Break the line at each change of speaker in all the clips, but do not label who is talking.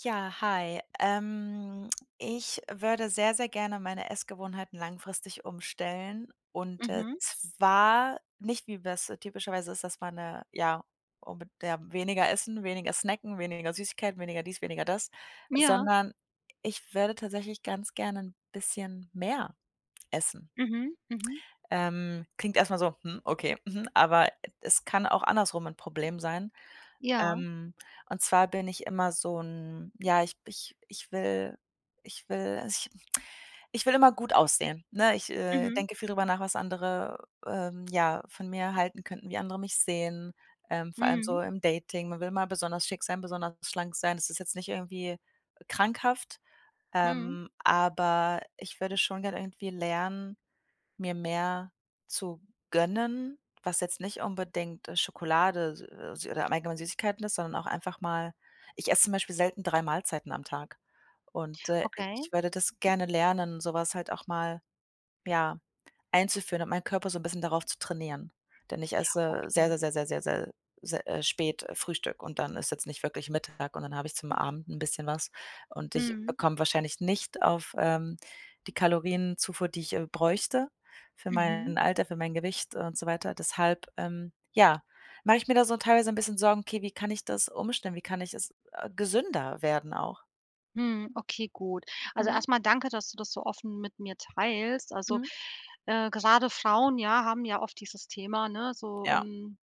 Ja, hi. Ich würde sehr, sehr gerne meine Essgewohnheiten langfristig umstellen und
Mhm.
zwar nicht, wie das typischerweise ist, dass man, ja, unbe ja, weniger essen, weniger snacken, weniger Süßigkeiten, weniger dies, weniger das,
Ja.
sondern ich würde tatsächlich ganz gerne ein bisschen mehr essen.
Mhm. Mhm.
Klingt erstmal so: „Hm, okay, mhm.“ Aber es kann auch andersrum ein Problem sein.
Ja.
Ähm, und zwar bin ich immer so ein ja, ich ich ich will also ich ich will immer gut aussehen, ne? Ich
Mhm.
denke viel drüber nach, was andere ja, von mir halten könnten, wie andere mich sehen vor allem
Mhm.
so im Dating. Man will mal besonders schick sein, besonders schlank sein. Das ist jetzt nicht irgendwie krankhaft
Mhm.
aber ich würde schon gerne irgendwie lernen mir mehr zu gönnen, was jetzt nicht unbedingt Schokolade oder allgemein Süßigkeiten ist, sondern auch einfach mal ich esse zum Beispiel selten 3 Mahlzeiten am Tag und
Okay,
ich würde das gerne lernen, so was halt auch mal, ja, einzuführen und meinen Körper so 'n bisschen darauf zu trainieren. Denn ich esse
okay.
sehr, sehr, sehr, sehr, sehr, sehr, sehr spät Frühstück und dann ist jetzt nicht wirklich Mittag und dann habe ich zum Abend 'n bisschen was und ich
Mhm.
komme wahrscheinlich nicht auf die Kalorienzufuhr, die ich bräuchte für
Mhm.
mein Alter, für mein Gewicht und so weiter. Deshalb ja, mache ich mir da so teilweise 'n bisschen Sorgen: „Okay, wie kann ich das umstellen? Wie kann ich es gesünder werden auch?“
Mhm, okay, gut. Also,
Mhm,
erstmal danke, dass du das so offen mit mir teilst. Also,
mhm.
gerade Frauen, ja, haben ja oft dieses Thema, ne, so,
Ja,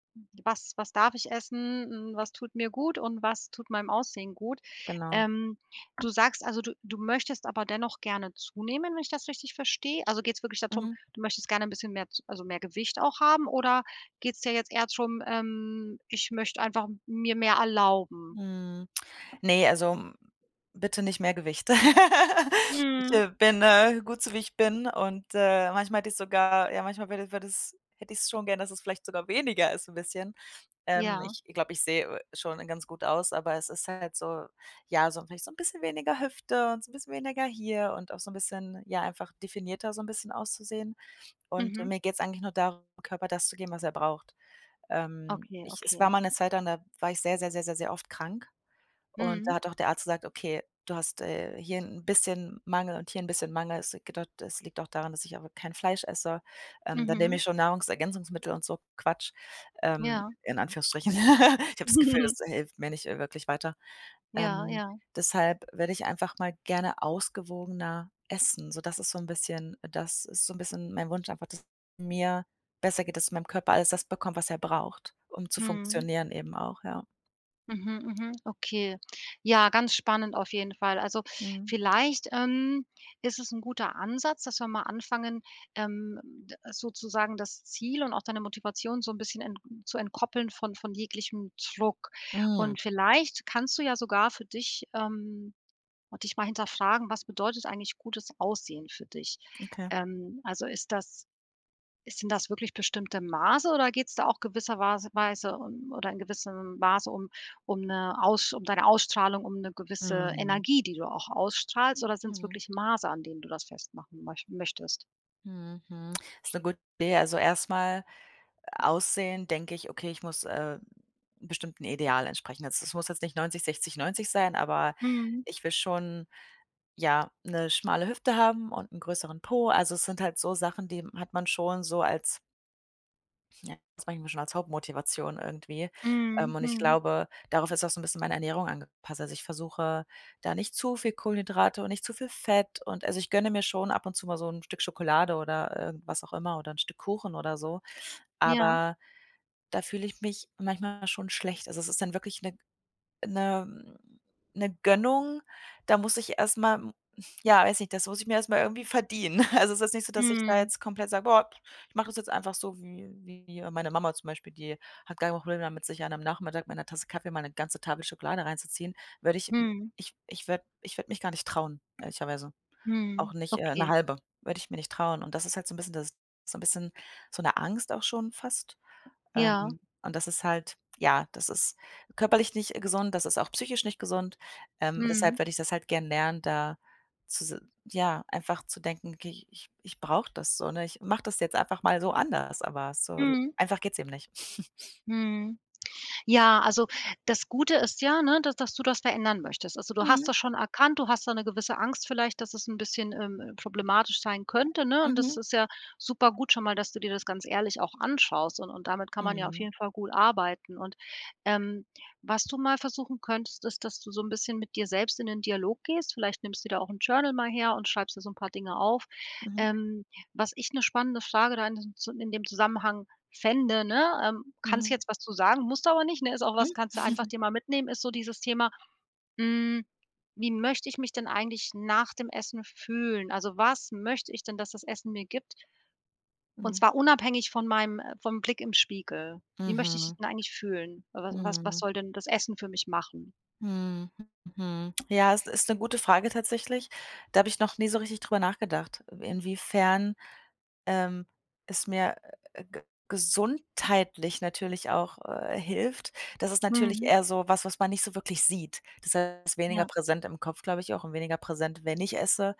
was darf ich essen, hm, was tut mir gut und was tut meinem Aussehen gut.
genau.
Ähm, Du sagst also, du möchtest aber dennoch gerne zunehmen, wenn ich das richtig verstehe? Also, geht es wirklich darum,
Mhm,
du möchtest gerne ein bisschen mehr z also, mehr Gewicht auch haben oder geht es dir jetzt eher darum, „Ich möchte einfach mir mehr erlauben?“
mhm. Ne, also bitte nicht mehr Gewicht. Ich
Mhm.
bin gut so, wie ich bin und manchmal hätte ich sogar ja, manchmal würde würde es hätte ich's schon gern, dass es vielleicht sogar weniger ist ein bisschen.
Ja,
Ich glaube, ich sehe schon ganz gut aus, aber es ist halt so, ja, so vielleicht so ein bisschen weniger Hüfte und so ein bisschen weniger hier und auch so ein bisschen, ja, einfach definierter so ein bisschen auszusehen. Und
mhm.
mir geht es eigentlich nur darum, dem Körper das zu geben, was er braucht.
Okay,
Ich Es war
okay.
mal eine Zeit lang, da war ich sehr, sehr, sehr, sehr, sehr oft krank. Und da
Mhm,
hat auch der Arzt gesagt: „Okay, du hast hier ein bisschen Mangel und hier ein bisschen Mangel.“ Es geht auch das liegt auch daran, dass ich aber kein Fleisch esse. Dann nehme
mhm,
ich schon Nahrungsergänzungsmittel und so Quatsch
ja.
in Anführungsstrichen. Ich habe das Gefühl, das hilft mir nicht wirklich weiter.
Ja,
Ähm,
ja.
Deshalb werde ich einfach mal gerne ausgewogener essen. So, das ist so ein bisschen das ist so ein bisschen mein Wunsch einfach, dass mir besser geht, dass mein Körper alles das bekommt, was er braucht, um zu
Mhm.
funktionieren eben auch, ja.
Mhm, mhm, okay. Ja, ganz spannend auf jeden Fall. Also,
Mhm.
vielleicht, ist es ein guter Ansatz, dass wir mal anfangen, d sozusagen das Ziel und auch deine Motivation so ein bisschen ent zu entkoppeln von jeglichem Druck.
Mhm,
Und vielleicht kannst du ja sogar für dich, und dich mal hinterfragen, was bedeutet eigentlich gutes Aussehen für dich?
okay.
Also, ist denn das wirklich bestimmte Maße oder geht es da auch gewisserweise Weise um oder in gewissem Maße um um eine Aus um deine Ausstrahlung, um eine gewisse
Mhm.
Energie, die du auch ausstrahlst, oder sind es
Mhm.
wirklich Maße, an denen du das festmachen möchtest?
Mhm. Mhm. Ist 'ne gute Idee. Also, erstmal Aussehen denke ich: „Okay, ich muss 'nem bestimmten Ideal entsprechen.“ Also, es muss jetzt nicht 90-60-90 sein, aber
Mhm.
ich will schon, ja, 'ne schmale Hüfte haben und 'n größeren Po. Also, es sind halt so Sachen, die hat man schon so als ja, das bringt mir schon als Hauptmotivation irgendwie.
Mhm.
Und ich
Mhm.
glaube, darauf ist auch so ein bisschen meine Ernährung angepasst. Also, ich versuche da nicht zu viel Kohlenhydrate und nicht zu viel Fett und also, ich gönne mir schon ab und zu mal so ein Stück Schokolade oder irgendwas auch immer oder ein Stück Kuchen oder so,
Ja.
aber da fühle ich mich manchmal schon schlecht. Also, es ist dann wirklich eine 'ne Gönnung, da muss ich erstmal, ja, weiß nicht, das muss ich mir erstmal irgendwie verdienen. Also, es ist nicht so, dass ich da
Mhm.
jetzt komplett sage: „Boah, pf, ich mache das jetzt einfach so wie meine Mama zum Beispiel, die hat gar kein Problem damit, sich an einem Nachmittag mit 'ner Tasse Kaffee mal 'ne ganze Tafel Schokolade reinzuziehen.“ Würde ich
Mhm.
ich ich würde mich gar nicht trauen, ehrlicherweise. Auch
Mhm.
nicht 'ne
Okay.
halbe, würde ich mir nicht trauen. Und das ist halt so ein bisschen das so ein bisschen so eine Angst auch schon fast.
Ja.
Und das ist halt, ja, das ist körperlich nicht gesund, das ist auch psychisch nicht gesund.
Mhm.
Deshalb werde ich das halt gern lernen, da zu s ja, einfach zu denken: „Okay, ich brauche das so, ne? Ich mache das jetzt einfach mal so anders“, aber so
Mhm.
einfach geht's eben nicht.
Mhm. Ja, also, das Gute ist ja, ne, dass du das verändern möchtest. Also, du hast
Mhm,
das schon erkannt, du hast da eine gewisse Angst vielleicht, dass es ein bisschen, problematisch sein könnte, ne? Und das
mhm,
ist ja super gut schon mal, dass du dir das ganz ehrlich auch anschaust und damit kann man ja auf
mhm,
jeden Fall gut arbeiten. Und, ähm, was du mal versuchen könntest, ist, dass du so ein bisschen mit dir selbst in den Dialog gehst. Vielleicht nimmst du da auch ein Journal mal her und schreibst dir so ein paar Dinge auf.
mhm,
Ähm, Was ich eine spannende Frage da in diesem Zu in dem Zusammenhang fände, ne? Kannst
mhm,
jetzt was zu sagen, musst aber nicht, ne? Ist auch was
mhm,
kannst du einfach dir mal mitnehmen, ist so dieses Thema, hm, wie möchte ich mich denn eigentlich nach dem Essen fühlen? Also, was möchte ich denn, dass das Essen mir gibt? Und
mhm,
zwar unabhängig von meinem vom Blick im Spiegel. Wie möchte
mhm,
ich
mhm,
denn eigentlich fühlen? Was
mhm.
soll denn das Essen für mich machen?
Mhm. Ja, es ist eine gute Frage tatsächlich. Da habe ich noch nie so richtig drüber nachgedacht, inwiefern Ähm, es mir, ge gesundheitlich natürlich auch hilft. Das ist natürlich
Mhm.
eher so was, was man nicht so wirklich sieht. Das ist weniger
Ja.
präsent im Kopf, glaube ich auch und weniger präsent, wenn ich esse.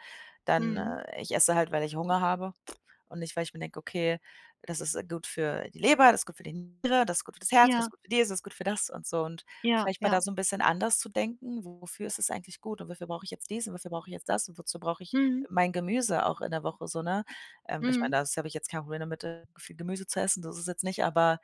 Dann,
Mhm.
ich esse halt, weil ich Hunger habe und nicht, weil ich mir denke: „Okay, das ist gut für die Leber, das ist gut für die Niere, das ist gut für das Herz, das
Ja,
ist gut für dies, das ist gut für das“ und so. Und
ja,
vielleicht mal da
ja.
so ein bisschen anders zu denken: „Wofür ist es eigentlich gut und wofür brauche ich jetzt dies und wofür brauche ich jetzt das und wozu brauche ich
Mhm.
mein Gemüse auch in der Woche“, so, ne? Ich meine,
Mhm.
das habe ich jetzt kein Problem damit viel Gemüse zu essen, das ist jetzt nicht, aber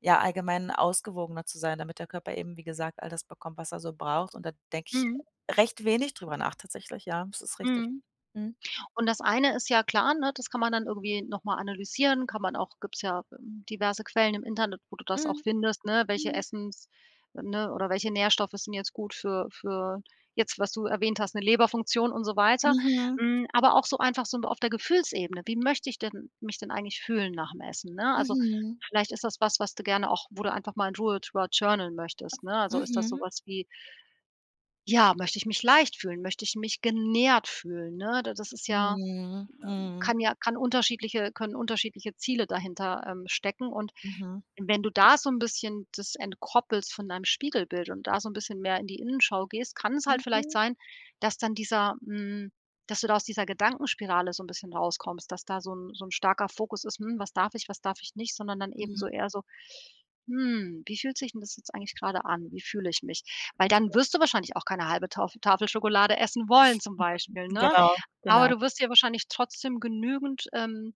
ja, allgemein ausgewogener zu sein, damit der Körper eben, wie gesagt, all das bekommt, was er so braucht. Und da denke ich
Mhm.
recht wenig drüber nach tatsächlich, ja, das ist richtig.
Mhm.
Mhm.
Und das eine ist ja klar, ne, das kann man dann irgendwie noch mal analysieren, kann man auch gibt's ja, diverse Quellen im Internet, wo du das auch
Mhm.
findest, ne, welche
Mhm.
Essens ne, oder welche Nährstoffe sind jetzt gut für jetzt, was du erwähnt hast, eine Leberfunktion und so weiter.
Mhm.
Hm, aber auch so einfach so auf der Gefühlsebene. Wie möchte ich denn mich denn eigentlich fühlen nach dem Essen, ne? Also,
Mhm.
vielleicht ist das was, was du gerne auch wo du einfach mal in Ruhe drüber journalen möchtest, ne? Also, ist das
Mhm.
sowas wie: „Ja, möchte ich mich leicht fühlen? Möchte ich mich genährt fühlen?“, ne? Da Das ist
Mhm. Mhm.
ja kann unterschiedliche können unterschiedliche Ziele dahinter, stecken. Und
Mhm.
wenn du da so 'n bisschen das entkoppelst von deinem Spiegelbild und da so 'n bisschen mehr in die Innenschau gehst, kann es halt vielleicht
Mhm.
sein, dass dann dieser hm, dass du da aus dieser Gedankenspirale so 'n bisschen rauskommst, dass da so 'n starker Fokus ist: „Hm, was darf ich nicht?“, sondern dann eben so
Mhm.
eher so: „Hm, wie fühlt sich 'n das jetzt eigentlich grade an? Wie fühle ich mich?“ Weil dann
Okay.
wirst du wahrscheinlich auch keine halbe Tauf Tafel Schokolade essen wollen zum Beispiel, ne?
Genau,
Aber
genau.
du wirst dir wahrscheinlich trotzdem genügend,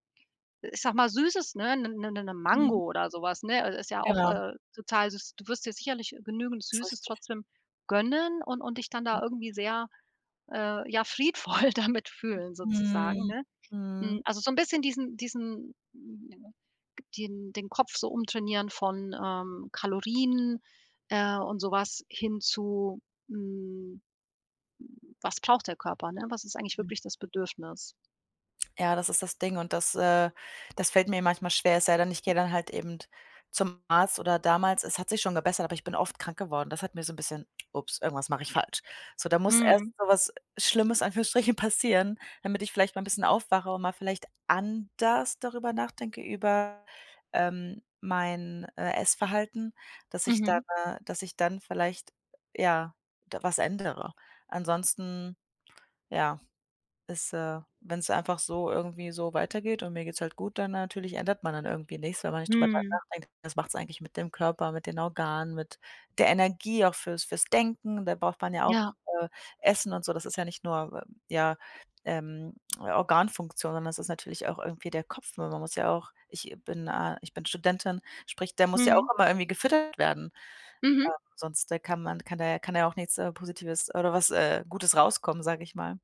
ich sage mal, Süßes, ne, 'ne
Mhm.
Mango oder so was, ne? Also, ist ja auch,
Genau,
total süß. Du wirst dir sicherlich genügend
ist
Süßes
richtig.
trotzdem gönnen und dich dann
Mhm.
da irgendwie sehr, ja, friedvoll damit fühlen sozusagen,
Mhm.
ne?
Mhm.
Also, so 'n bisschen den Kopf so umtrainieren von, Kalorien, und so was hin zu, hm, was braucht der Körper, ne? Was ist eigentlich
Mhm.
wirklich das Bedürfnis?
Ja, das ist das Ding und das das fällt mir manchmal schwer, es sei denn, ich gehe dann halt eben zum Arzt oder damals es hat sich schon gebessert, aber ich bin oft krank geworden. Das hat mir so 'n bisschen: „Ups, irgendwas mache ich falsch.“ So, da muss erst
Mhm.
so was Schlimmes in Anführungsstrichen passieren, damit ich vielleicht mal 'n bisschen aufwache und mal vielleicht anders darüber nachdenke, über mein Essverhalten, dass ich
Mhm.
dann dass ich dann vielleicht, ja, da was ändere. Ansonsten, ja ist, äh wenn es einfach so irgendwie so weitergeht und mir geht's halt gut, dann natürlich ändert man dann irgendwie nichts, weil man nicht drüber
Mhm.
nachdenkt, was macht's eigentlich mit dem Körper, mit den Organen, mit der Energie, auch fürs Denken. Da braucht man ja auch,
Ja.
äh, Essen und so. Das ist ja nicht nur Organfunktion, sondern das ist natürlich auch irgendwie der Kopf. Man muss ja auch ich bin, Ich bin Studentin, sprich, der muss ja auch
Mhm.
immer irgendwie gefüttert werden.
Mhm.
Sonst kann da ja auch nichts Positives oder was Gutes rauskommen, sage ich mal.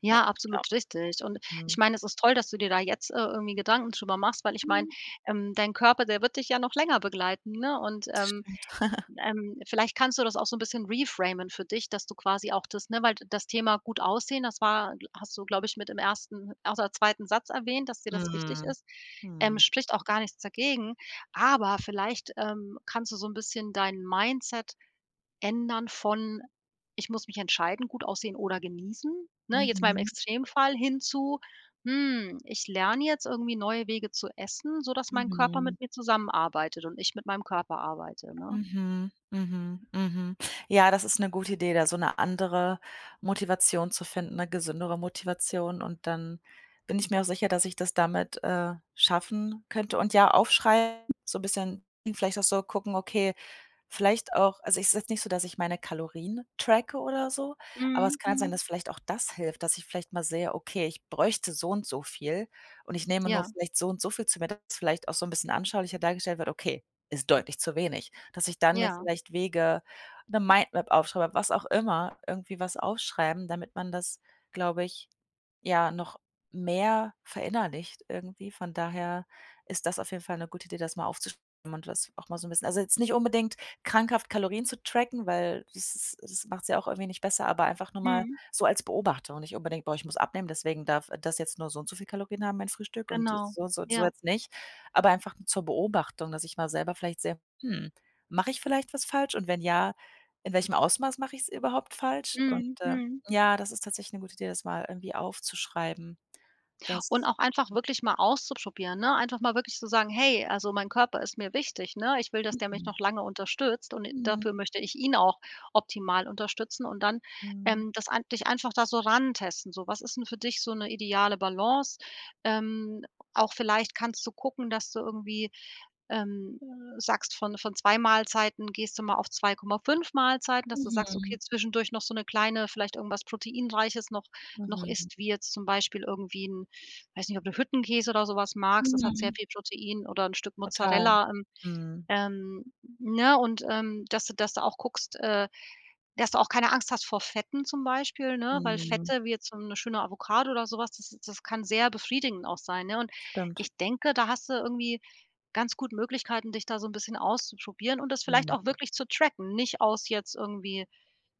Ja,
Ja.
absolut richtig. Und ich
Mhm.
meine, es ist toll, dass du dir da jetzt, irgendwie Gedanken drüber machst, weil ich meine,
Mhm,
dein Körper, der wird dich ja noch länger begleiten, ne? Und,
das stimmt.
vielleicht kannst du das auch so ein bisschen reframen für dich, dass du quasi auch das ne, weil das Thema gut aussehen, das war hast du, glaube ich, mit im ersten oder zweiten Satz erwähnt, dass dir das wichtig
Mhm.
ist.
Mhm.
Spricht auch gar nichts dagegen, aber vielleicht, kannst du so ein bisschen dein Mindset ändern von: „Ich muss mich entscheiden, gut aussehen oder genießen“, ne, jetzt mal im
Mhm,
Extremfall hin zu: „Hm, ich lerne jetzt irgendwie neue Wege zu essen, sodass mein Körper
mhm,
mit mir zusammenarbeitet und ich mit meinem Körper arbeite“, ne?
mhm, mhm, mhm. Ja, das ist eine gute Idee, da so eine andere Motivation zu finden, eine gesündere Motivation und dann bin ich mir auch sicher, dass ich das damit schaffen könnte. Und ja, aufschreiben, so ein bisschen vielleicht auch so gucken: „Okay, vielleicht auch also, es ist jetzt nicht so, dass ich meine Kalorien tracke oder so, aber
Mhm,
es kann halt sein, mhm,
mhm.
dass vielleicht auch das hilft, dass ich vielleicht mal sehe: Okay, ich bräuchte so und so viel und ich nehme nur
Ja,
vielleicht so und so viel zu mir, dass vielleicht auch so ein bisschen anschaulicher dargestellt wird: Okay, ist deutlich zu wenig.“ Dass ich dann mir
ja.
vielleicht Wege eine Mindmap aufschreibe, was auch immer, irgendwie was aufschreiben, damit man das, glaube ich, ja, noch mehr verinnerlicht irgendwie. Von daher ist das auf jeden Fall eine gute Idee, das mal aufzuschreiben und das auch mal so ein bisschen also, jetzt nicht unbedingt krankhaft Kalorien zu tracken, weil das ist das macht's ja auch irgendwie nicht besser, aber einfach nur mal
Mhm,
so als Beobachtung, nicht unbedingt: „Boah, ich muss abnehmen, deswegen darf das jetzt nur so und so viel Kalorien haben, mein Frühstück
genau.
und so so
Ja.
jetzt nicht.“ Aber einfach zur Beobachtung, dass ich mal selber vielleicht sehe: „Hm, mache ich vielleicht was falsch und wenn ja, in welchem Ausmaß mache ich es überhaupt falsch?“ Und,
Mhm, mhm.
ja, das ist tatsächlich 'ne gute Idee, das mal irgendwie aufzuschreiben.
Und
Das
auch einfach wirklich mal auszuprobieren, ne? Einfach mal wirklich zu sagen: „Hey, also, mein Körper ist mir wichtig, ne? Ich will, dass der mich
mhm.
noch lange unterstützt und
Mhm.
dafür möchte ich ihn auch optimal unterstützen.“ Und dann,
Mhm.
das ein dich einfach da so rantesten, so: „Was ist denn für dich so eine ideale Balance?“ Ähm, Auch vielleicht kannst du gucken, dass du irgendwie ähm, sagst, von 2 Mahlzeiten gehst du mal auf 2,5 Mahlzeiten, dass du sagst, okay,
Mhm.
zwischendurch noch so eine kleine vielleicht irgendwas Proteinreiches noch
Mhm.
isst, wie jetzt zum Beispiel irgendwie ein weiß nicht, ob du Hüttenkäse oder sowas magst, das hat sehr
Mhm.
viel Protein oder ein Stück
Total.
Mozzarella,
Mhm.
ähm, ne? Und, dass du auch guckst, dass du auch keine Angst hast vor Fetten zum Beispiel, ne? Weil
Mhm.
Fette, wie jetzt so 'ne schöne Avocado oder so was, das kann sehr befriedigend auch sein, ne? Und
Stimmt.
ich denke, da hast du irgendwie ganz gut Möglichkeiten, dich da so 'n bisschen auszuprobieren und das vielleicht auch
Mhm.
wirklich zu tracken. Nicht aus jetzt irgendwie,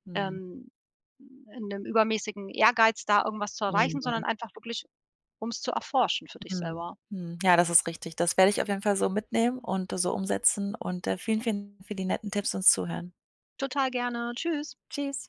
Mhm.
ähm, in 'nem übermäßigen Ehrgeiz, da irgendwas zu erreichen, sondern
Mhm.
einfach wirklich, um's zu erforschen für dich
Mhm.
selber.
Mhm. Ja, das ist richtig. Das werde ich auf jeden Fall so mitnehmen und so umsetzen und vielen, vielen Dank für die netten Tipps und Zuhören.
Total gerne. Tschüss.
Tschüss.